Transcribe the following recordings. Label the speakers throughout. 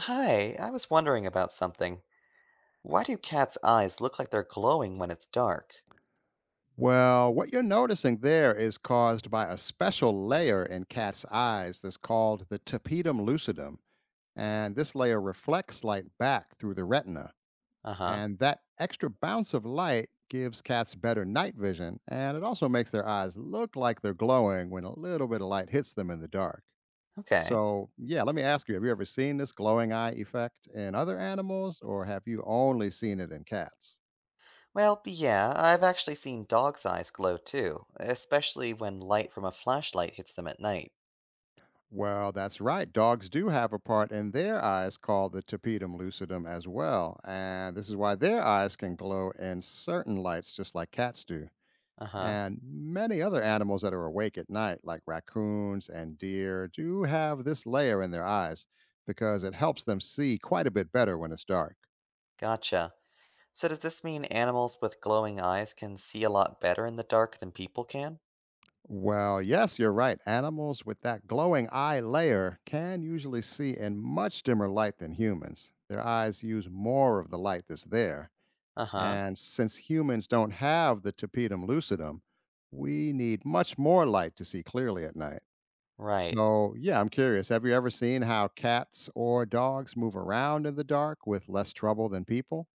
Speaker 1: Hi, I was wondering about something. Why do cats' eyes look like they're glowing when it's dark?
Speaker 2: Well, what you're noticing there is caused by a special layer in cat's eyes that's called the tapetum lucidum. And this layer reflects light back through the retina.
Speaker 1: Uh huh.
Speaker 2: And that extra bounce of light gives cats better night vision. And it also makes their eyes look like they're glowing when a little bit of light hits them in the dark.
Speaker 1: Okay.
Speaker 2: So, yeah, let me ask you have you ever seen this glowing eye effect in other animals, or have you only seen it in cats?
Speaker 1: Well, yeah, I've actually seen dogs' eyes glow too, especially when light from a flashlight hits them at night.
Speaker 2: Well, that's right. Dogs do have a part in their eyes called the tapetum lucidum as well. And this is why their eyes can glow in certain lights, just like cats do.
Speaker 1: Uh huh.
Speaker 2: And many other animals that are awake at night, like raccoons and deer, do have this layer in their eyes because it helps them see quite a bit better when it's dark.
Speaker 1: Gotcha. So, does this mean animals with glowing eyes can see a lot better in the dark than people can?
Speaker 2: Well, yes, you're right. Animals with that glowing eye layer can usually see in much dimmer light than humans. Their eyes use more of the light that's there.
Speaker 1: Uh huh.
Speaker 2: And since humans don't have the tapetum lucidum, we need much more light to see clearly at night.
Speaker 1: Right.
Speaker 2: So, yeah, I'm curious. Have you ever seen how cats or dogs move around in the dark with less trouble than people?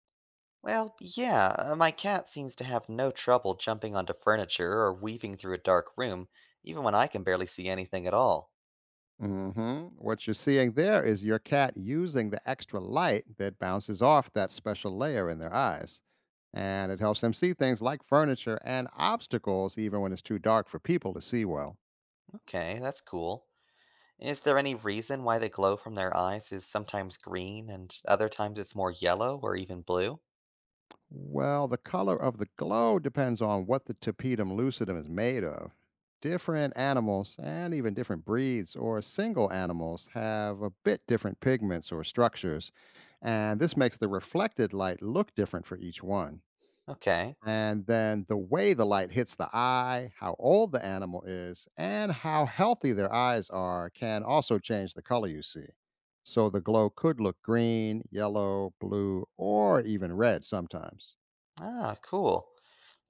Speaker 1: Well, yeah, my cat seems to have no trouble jumping onto furniture or weaving through a dark room, even when I can barely see anything at all.
Speaker 2: What you're seeing there is your cat using the extra light that bounces off that special layer in their eyes. And it helps them see things like furniture and obstacles, even when it's too dark for people to see well.
Speaker 1: Okay, that's cool. Is there any reason why the glow from their eyes is sometimes green and other times it's more yellow or even blue?
Speaker 2: Well, the color of the glow depends on what the tapetum lucidum is made of. Different animals and even different breeds or single animals have a bit different pigments or structures, and this makes the reflected light look different for each one.
Speaker 1: Okay.
Speaker 2: And then the way the light hits the eye, how old the animal is, and how healthy their eyes are can also change the color you see. So the glow could look green, yellow, blue, or even red sometimes.
Speaker 1: Ah, cool.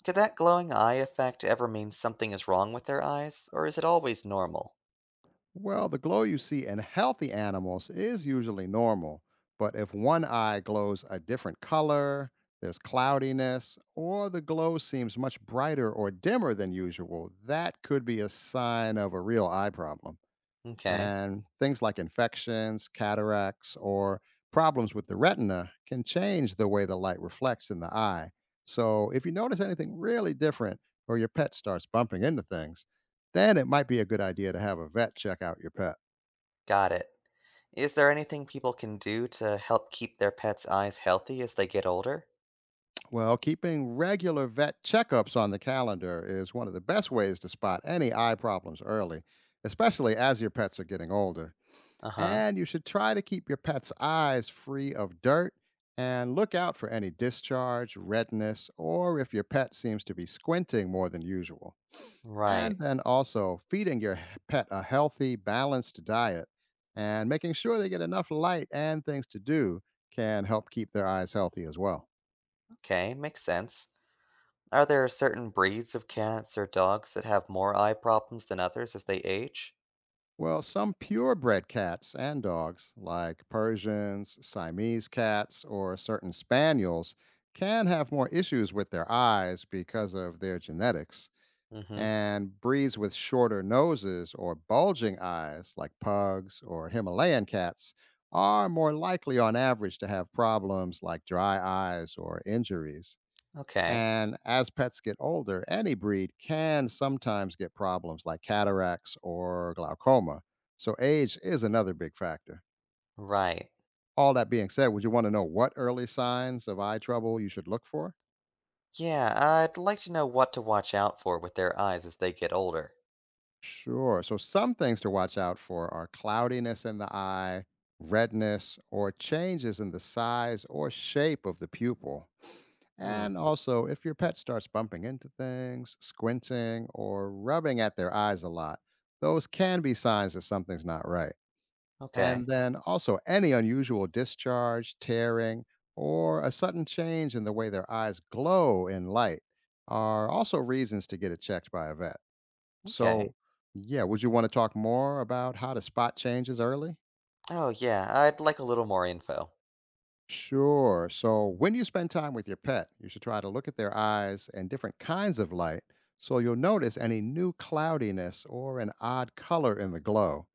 Speaker 1: Could that glowing eye effect ever mean something is wrong with their eyes, or is it always normal?
Speaker 2: Well, the glow you see in healthy animals is usually normal, but if one eye glows a different color, there's cloudiness, or the glow seems much brighter or dimmer than usual, that could be a sign of a real eye problem.
Speaker 1: Okay,
Speaker 2: And things like infections, cataracts, or problems with the retina can change the way the light reflects in the eye. So if you notice anything really different or your pet starts bumping into things, then it might be a good idea to have a vet check out your pet.
Speaker 1: got it. Is there anything people can do to help keep their pets' eyes healthy as they get older?
Speaker 2: Well, keeping regular vet checkups on the calendar is one of the best ways to spot any eye problems early, especially as your pets are getting older.
Speaker 1: Uh huh.
Speaker 2: And you should try to keep your pet's eyes free of dirt and look out for any discharge, redness, or if your pet seems to be squinting more than usual. And
Speaker 1: Right.
Speaker 2: then also feeding your pet a healthy, balanced diet and making sure they get enough light and things to do can help keep their eyes healthy as well.
Speaker 1: Okay, makes sense. Are there certain breeds of cats or dogs that have more eye problems than others as they age?
Speaker 2: Well, some purebred cats and dogs, like Persians, Siamese cats, or certain spaniels, can have more issues with their eyes because of their genetics.
Speaker 1: Mm-hmm.
Speaker 2: And breeds with shorter noses or bulging eyes, like pugs or Himalayan cats, are more likely on average to have problems like dry eyes or injuries.
Speaker 1: Okay.
Speaker 2: And as pets get older, any breed can sometimes get problems like cataracts or glaucoma. So, age is another big factor. S-
Speaker 1: Right.
Speaker 2: All that being said, would you want to know what early signs of eye trouble you should look for?
Speaker 1: Yeah, I'd like to know what to watch out for with their eyes as they get older.
Speaker 2: Sure. So, some things to watch out for are cloudiness in the eye, redness, or changes in the size or shape of the pupil.
Speaker 1: Hmm.
Speaker 2: And also, if your pet starts bumping into things, squinting, or rubbing at their eyes a lot, those can be signs that something's not right. And
Speaker 1: Okay.
Speaker 2: then also, any unusual discharge, tearing, or a sudden change in the way their eyes glow in light are also reasons to get it checked by a vet.
Speaker 1: Okay.
Speaker 2: So, yeah, would you want to talk more about how to spot changes early?
Speaker 1: Oh, yeah, I'd like a little more info.
Speaker 2: Sure. So when you spend time with your pet, you should try to look at their eyes and different kinds of light so you'll notice any new cloudiness or an odd color in the glow.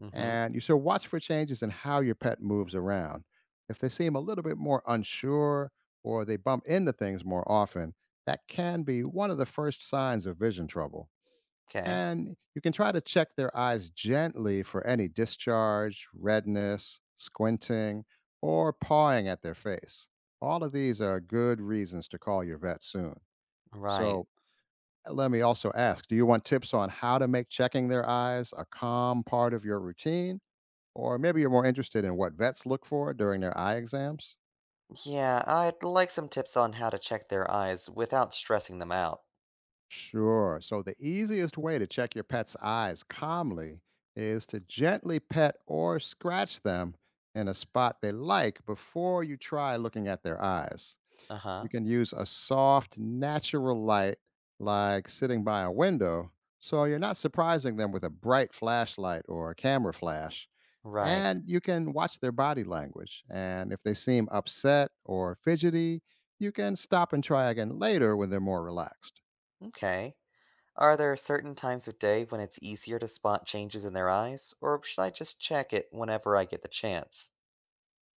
Speaker 1: Mm-hmm.
Speaker 2: And you should watch for changes in how your pet moves around. If they seem a little bit more unsure or they bump into things more often, that can be one of the first signs of vision trouble
Speaker 1: Okay.
Speaker 2: and you can try to check their eyes gently for any discharge, redness, squinting, or pawing at their face. All of these are good reasons to call your vet soon.
Speaker 1: Right.
Speaker 2: So, let me also ask do you want tips on how to make checking their eyes a calm part of your routine? Or maybe you're more interested in what vets look for during their eye exams?
Speaker 1: Yeah, I'd like some tips on how to check their eyes without stressing them out.
Speaker 2: Sure. So the easiest way to check your pet's eyes calmly is to gently pet or scratch them in a spot they like before you try looking at their eyes. You
Speaker 1: Uh-huh.
Speaker 2: can use a soft, natural light like sitting by a window so you're not surprising them with a bright flashlight or a camera flash.
Speaker 1: Right.
Speaker 2: And you can watch their body language. And if they seem upset or fidgety, you can stop and try again later when they're more relaxed.
Speaker 1: Okay. Are there certain times of day when it's easier to spot changes in their eyes, or should I just check it whenever I get the chance?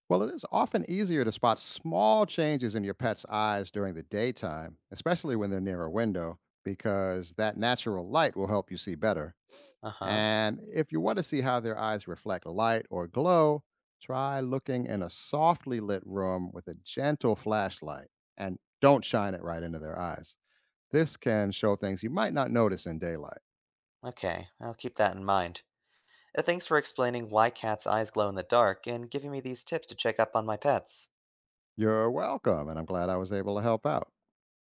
Speaker 2: Well, it is often easier to spot small changes in your pet's eyes during the daytime, especially when they're near a window, because that natural light will help you see better.
Speaker 1: Uh-huh.
Speaker 2: And if you want to see how their eyes reflect light or glow, try looking in a softly lit room with a gentle flashlight and don't shine it right into their eyes. This can show things you might not notice in daylight.
Speaker 1: Okay, I'll keep that in mind. Thanks for explaining why cats' eyes glow in the dark and giving me these tips to check up on my pets.
Speaker 2: You're welcome, and I'm glad I was able to help out.